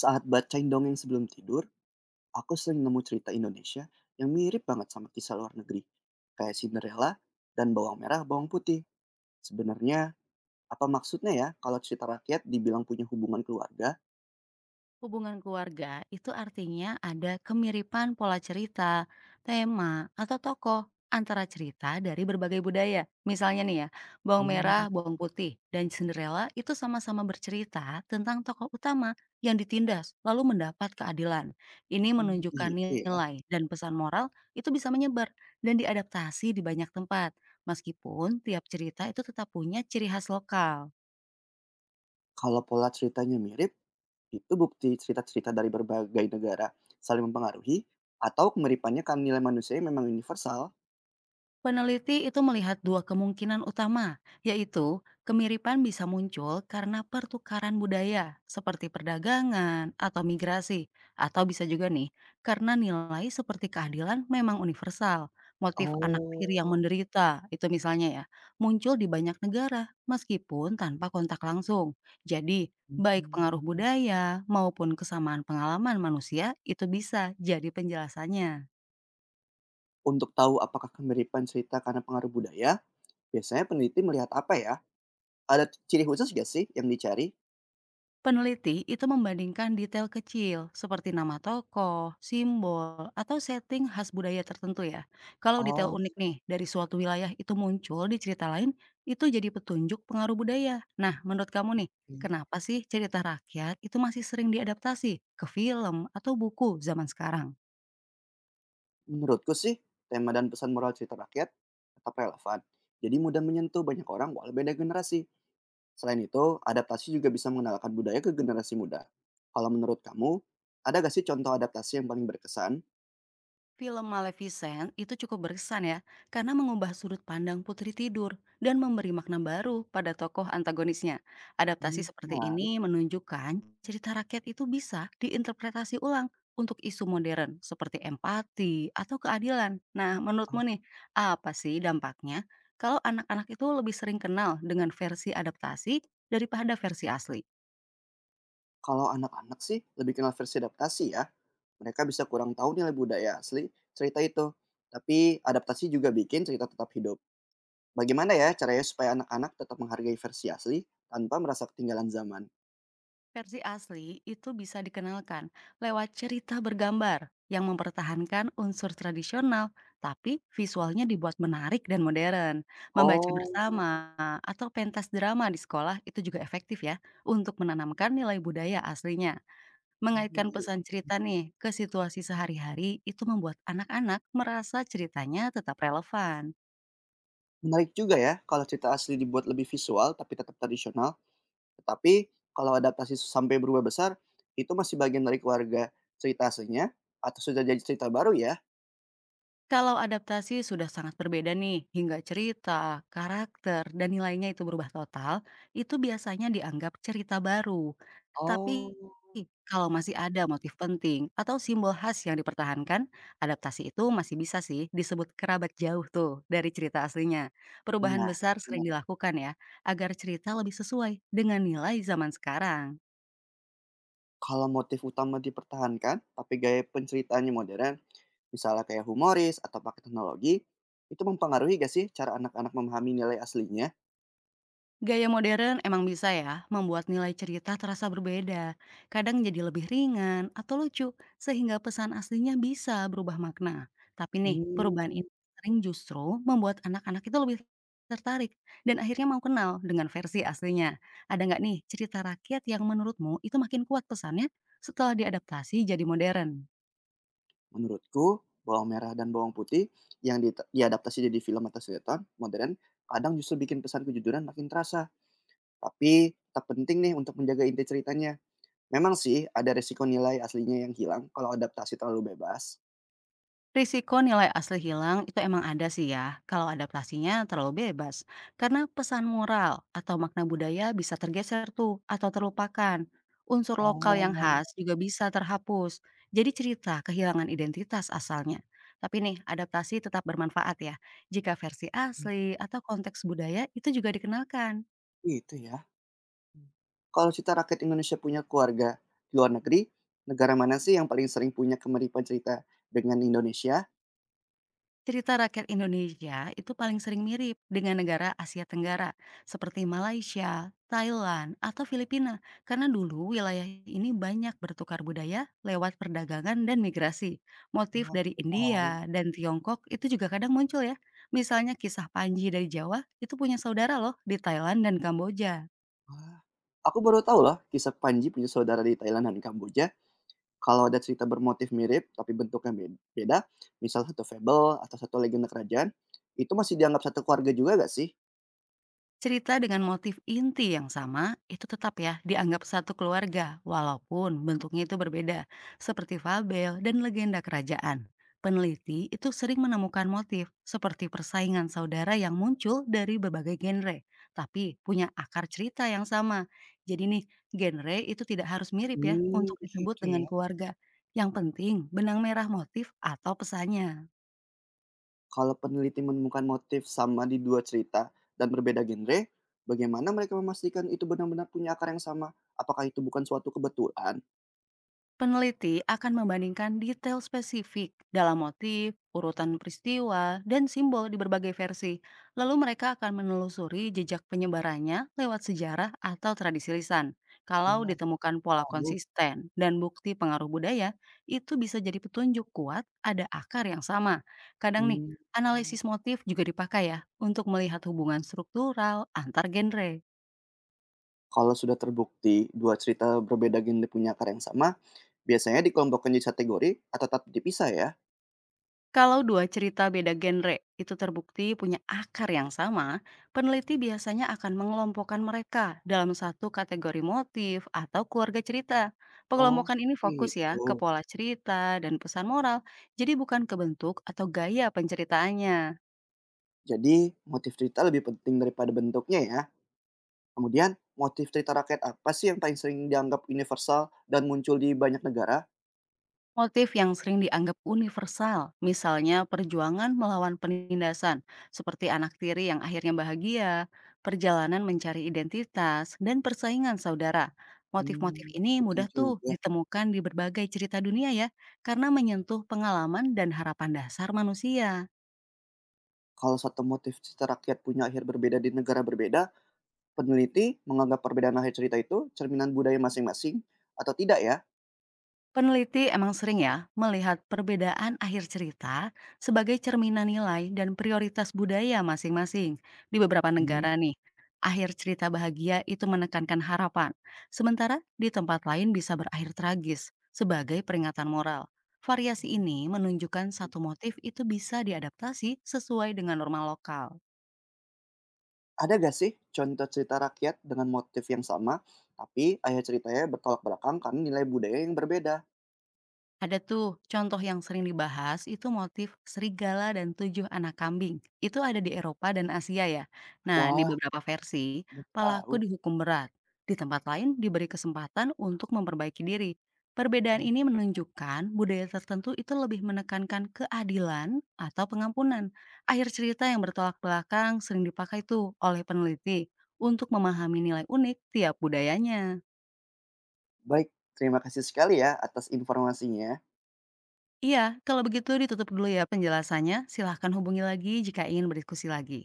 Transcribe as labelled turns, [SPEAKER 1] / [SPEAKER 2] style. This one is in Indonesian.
[SPEAKER 1] Saat bacain dongeng sebelum tidur, aku sering nemu cerita Indonesia yang mirip banget sama kisah luar negeri, kayak Cinderella dan bawang merah, bawang putih. Sebenarnya, apa maksudnya ya kalau cerita rakyat dibilang punya hubungan keluarga?
[SPEAKER 2] Hubungan keluarga itu artinya ada kemiripan pola cerita, tema, atau tokoh antara cerita dari berbagai budaya. Misalnya nih ya, bawang
[SPEAKER 1] Hmm,
[SPEAKER 2] merah, bawang putih, dan Cinderella itu sama-sama bercerita tentang tokoh utama yang ditindas lalu mendapat keadilan. Ini menunjukkan
[SPEAKER 1] gitu ya.
[SPEAKER 2] nilai dan pesan moral itu bisa menyebar dan diadaptasi di banyak tempat. Meskipun tiap cerita itu tetap punya ciri khas lokal.
[SPEAKER 1] Kalau pola ceritanya mirip, itu bukti cerita-cerita dari berbagai negara saling mempengaruhi atau kemiripannya kan nilai manusianya memang universal.
[SPEAKER 2] Peneliti itu melihat dua kemungkinan utama, yaitu kemiripan bisa muncul karena pertukaran budaya seperti perdagangan atau migrasi, atau bisa juga nih karena nilai seperti keadilan memang universal. Motif anak
[SPEAKER 1] Oh.
[SPEAKER 2] tiri yang menderita itu misalnya ya, muncul di banyak negara meskipun tanpa kontak langsung. Jadi, baik
[SPEAKER 1] Hmm.
[SPEAKER 2] pengaruh budaya maupun kesamaan pengalaman manusia itu bisa jadi penjelasannya.
[SPEAKER 1] Untuk tahu apakah kemiripan cerita karena pengaruh budaya, biasanya peneliti melihat apa ya? Ada ciri khusus gak sih yang dicari?
[SPEAKER 2] Peneliti itu membandingkan detail kecil seperti nama tokoh, simbol, atau setting khas budaya tertentu ya. Kalau
[SPEAKER 1] Oh,
[SPEAKER 2] detail unik
[SPEAKER 1] oke.
[SPEAKER 2] nih dari suatu wilayah itu muncul di cerita lain, itu jadi petunjuk pengaruh budaya. Nah, menurut kamu nih, kenapa sih cerita rakyat itu masih sering diadaptasi ke film atau buku zaman sekarang?
[SPEAKER 1] Menurutku sih tema dan pesan moral cerita rakyat tetap relevan. Jadi mudah menyentuh banyak orang walau beda generasi. Selain itu, adaptasi juga bisa mengenalkan budaya ke generasi muda. Kalau menurut kamu, ada gak sih contoh adaptasi yang paling berkesan?
[SPEAKER 2] Film Maleficent itu cukup berkesan ya, karena mengubah sudut pandang putri tidur dan memberi makna baru pada tokoh antagonisnya.
[SPEAKER 1] Hmm,
[SPEAKER 2] Adaptasi seperti
[SPEAKER 1] menarik.
[SPEAKER 2] ini menunjukkan cerita rakyat itu bisa diinterpretasi ulang untuk isu modern seperti empati atau keadilan. Nah,
[SPEAKER 1] Oh,
[SPEAKER 2] menurutmu nih, apa sih dampaknya kalau anak-anak itu lebih sering kenal dengan versi adaptasi daripada versi asli?
[SPEAKER 1] kalau anak-anak sih lebih kenal versi adaptasi ya. Mereka bisa kurang tahu nilai budaya asli cerita itu. Tapi adaptasi juga bikin cerita tetap hidup. Bagaimana ya caranya supaya anak-anak tetap menghargai versi asli tanpa merasa ketinggalan zaman?
[SPEAKER 2] Versi asli itu bisa dikenalkan lewat cerita bergambar yang mempertahankan unsur tradisional, tapi visualnya dibuat menarik dan modern. Membaca
[SPEAKER 1] Oh,
[SPEAKER 2] bersama atau pentas drama di sekolah itu juga efektif ya untuk menanamkan nilai budaya aslinya. Mengaitkan
[SPEAKER 1] mhm,
[SPEAKER 2] pesan cerita nih ke situasi sehari-hari itu membuat anak-anak merasa ceritanya tetap relevan.
[SPEAKER 1] menarik juga ya kalau cerita asli dibuat lebih visual tapi tetap tradisional, tetapi kalau adaptasi sampai berubah besar, itu masih bagian dari keluarga cerita aslinya atau sudah jadi cerita baru ya?
[SPEAKER 2] Kalau adaptasi sudah sangat berbeda nih, hingga cerita, karakter, dan nilainya itu berubah total, itu biasanya dianggap cerita baru.
[SPEAKER 1] Oh,
[SPEAKER 2] Tapi kalau masih ada motif penting atau simbol khas yang dipertahankan, adaptasi itu masih bisa sih disebut kerabat jauh tuh dari cerita aslinya. Perubahan
[SPEAKER 1] menarik,
[SPEAKER 2] besar sering
[SPEAKER 1] menarik.
[SPEAKER 2] dilakukan ya, agar cerita lebih sesuai dengan nilai zaman sekarang.
[SPEAKER 1] Kalau motif utama dipertahankan tapi gaya penceritaannya modern, misalnya kayak humoris atau pakai teknologi, itu mempengaruhi gak sih cara anak-anak memahami nilai aslinya?
[SPEAKER 2] Gaya modern emang bisa ya, membuat nilai cerita terasa berbeda. Kadang jadi lebih ringan atau lucu, sehingga pesan aslinya bisa berubah makna. Tapi nih, perubahan
[SPEAKER 1] Mmm,
[SPEAKER 2] ini sering justru membuat anak-anak itu lebih tertarik dan akhirnya mau kenal dengan versi aslinya. Ada nggak nih cerita rakyat yang menurutmu itu makin kuat pesannya setelah diadaptasi jadi modern?
[SPEAKER 1] menurutku bawang merah dan bawang putih yang diadaptasi jadi film atau sinetron modern, kadang justru bikin pesan kejujuran makin terasa, tapi tetap penting nih untuk menjaga inti ceritanya. Memang sih ada resiko nilai aslinya yang hilang kalau adaptasi terlalu bebas.
[SPEAKER 2] Risiko nilai asli hilang itu emang ada sih ya, kalau adaptasinya terlalu bebas. Karena pesan moral atau makna budaya bisa tergeser tuh atau terlupakan. Unsur lokal yang
[SPEAKER 1] Oh,
[SPEAKER 2] khas juga bisa terhapus. Jadi cerita kehilangan identitas asalnya. Tapi nih, adaptasi tetap bermanfaat ya. Jika versi asli atau konteks budaya itu juga dikenalkan.
[SPEAKER 1] gitu ya. Kalau cerita rakyat Indonesia punya keluarga di luar negeri, negara mana sih yang paling sering punya kemiripan cerita dengan Indonesia?
[SPEAKER 2] Cerita rakyat Indonesia itu paling sering mirip dengan negara Asia Tenggara seperti Malaysia, Thailand, atau Filipina karena dulu wilayah ini banyak bertukar budaya lewat perdagangan dan migrasi.
[SPEAKER 1] Oh,
[SPEAKER 2] Motif
[SPEAKER 1] baru
[SPEAKER 2] dari
[SPEAKER 1] tahu.
[SPEAKER 2] India dan Tiongkok itu juga kadang muncul ya. Misalnya kisah Panji dari Jawa itu punya saudara loh di Thailand dan Kamboja.
[SPEAKER 1] Aku baru tahu loh kisah Panji punya saudara di Thailand dan Kamboja. Kalau ada cerita bermotif mirip tapi bentuknya beda, misal satu fable atau satu legenda kerajaan, itu masih dianggap satu keluarga juga gak sih?
[SPEAKER 2] Cerita dengan motif inti yang sama itu tetap ya dianggap satu keluarga walaupun bentuknya itu berbeda seperti fabel dan legenda kerajaan. Peneliti itu sering menemukan motif seperti persaingan saudara yang muncul dari berbagai genre tapi punya akar cerita yang sama. Jadi nih genre itu tidak harus mirip ya
[SPEAKER 1] Hmm,
[SPEAKER 2] untuk disebut
[SPEAKER 1] gitu ya.
[SPEAKER 2] dengan keluarga. Yang penting benang merah motif atau pesannya.
[SPEAKER 1] Kalau peneliti menemukan motif sama di dua cerita dan berbeda genre, bagaimana mereka memastikan itu benar-benar punya akar yang sama? Apakah itu bukan suatu kebetulan?
[SPEAKER 2] Peneliti akan membandingkan detail spesifik dalam motif, urutan peristiwa, dan simbol di berbagai versi. Lalu mereka akan menelusuri jejak penyebarannya lewat sejarah atau tradisi lisan. Kalau
[SPEAKER 1] Oh,
[SPEAKER 2] ditemukan pola
[SPEAKER 1] tahu.
[SPEAKER 2] konsisten dan bukti pengaruh budaya, itu bisa jadi petunjuk kuat ada akar yang sama. Kadang nih,
[SPEAKER 1] Hmm.
[SPEAKER 2] analisis motif juga dipakai ya untuk melihat hubungan struktural antar genre.
[SPEAKER 1] Kalau sudah terbukti dua cerita berbeda genre punya akar yang sama, biasanya dikelompokkan jadi kategori atau tetap dipisah ya?
[SPEAKER 2] Kalau dua cerita beda genre itu terbukti punya akar yang sama, peneliti biasanya akan mengelompokkan mereka dalam satu kategori motif atau keluarga cerita.
[SPEAKER 1] Oh,
[SPEAKER 2] Pengelompokan ini
[SPEAKER 1] seperti
[SPEAKER 2] fokus ya ke
[SPEAKER 1] itu.
[SPEAKER 2] pola cerita dan pesan moral, jadi bukan ke bentuk atau gaya penceritaannya.
[SPEAKER 1] Jadi, motif cerita lebih penting daripada bentuknya ya. Kemudian, motif cerita rakyat apa sih yang paling sering dianggap universal dan muncul di banyak negara?
[SPEAKER 2] Motif yang sering dianggap universal, misalnya perjuangan melawan penindasan, seperti anak tiri yang akhirnya bahagia, perjalanan mencari identitas, dan persaingan saudara. Motif-motif
[SPEAKER 1] Hmm,
[SPEAKER 2] ini
[SPEAKER 1] betul
[SPEAKER 2] mudah tuh
[SPEAKER 1] juga.
[SPEAKER 2] ditemukan di berbagai cerita dunia ya, karena menyentuh pengalaman dan harapan dasar manusia.
[SPEAKER 1] Kalau satu motif cerita rakyat punya akhir berbeda di negara berbeda, peneliti menganggap perbedaan akhir cerita itu cerminan budaya masing-masing atau tidak ya?
[SPEAKER 2] Peneliti emang sering ya melihat perbedaan akhir cerita sebagai cerminan nilai dan prioritas budaya masing-masing. Di beberapa
[SPEAKER 1] Hmm,
[SPEAKER 2] negara nih, akhir cerita bahagia itu menekankan harapan, sementara di tempat lain bisa berakhir tragis sebagai peringatan moral. Variasi ini
[SPEAKER 1] seperti
[SPEAKER 2] menunjukkan
[SPEAKER 1] itu.
[SPEAKER 2] satu motif itu bisa diadaptasi sesuai dengan norma lokal.
[SPEAKER 1] Ada gak sih contoh cerita rakyat dengan motif yang sama, tapi ayah ceritanya bertolak belakang karena nilai budaya yang berbeda?
[SPEAKER 2] Ada tuh, contoh yang sering dibahas itu motif serigala dan 7 anak kambing. Itu ada di Eropa dan Asia ya. Nah, di
[SPEAKER 1] Wah,
[SPEAKER 2] beberapa versi,
[SPEAKER 1] baru tahu.
[SPEAKER 2] pelaku dihukum berat. Di tempat lain diberi kesempatan untuk memperbaiki diri. Perbedaan ini
[SPEAKER 1] Oh,
[SPEAKER 2] menunjukkan budaya tertentu itu lebih menekankan keadilan atau pengampunan. Akhir cerita yang bertolak belakang sering dipakai tuh oleh peneliti untuk memahami nilai unik tiap budayanya.
[SPEAKER 1] baik, terima kasih sekali ya atas informasinya.
[SPEAKER 2] Iya, kalau begitu ditutup dulu ya penjelasannya. Silahkan hubungi lagi jika ingin berdiskusi lagi.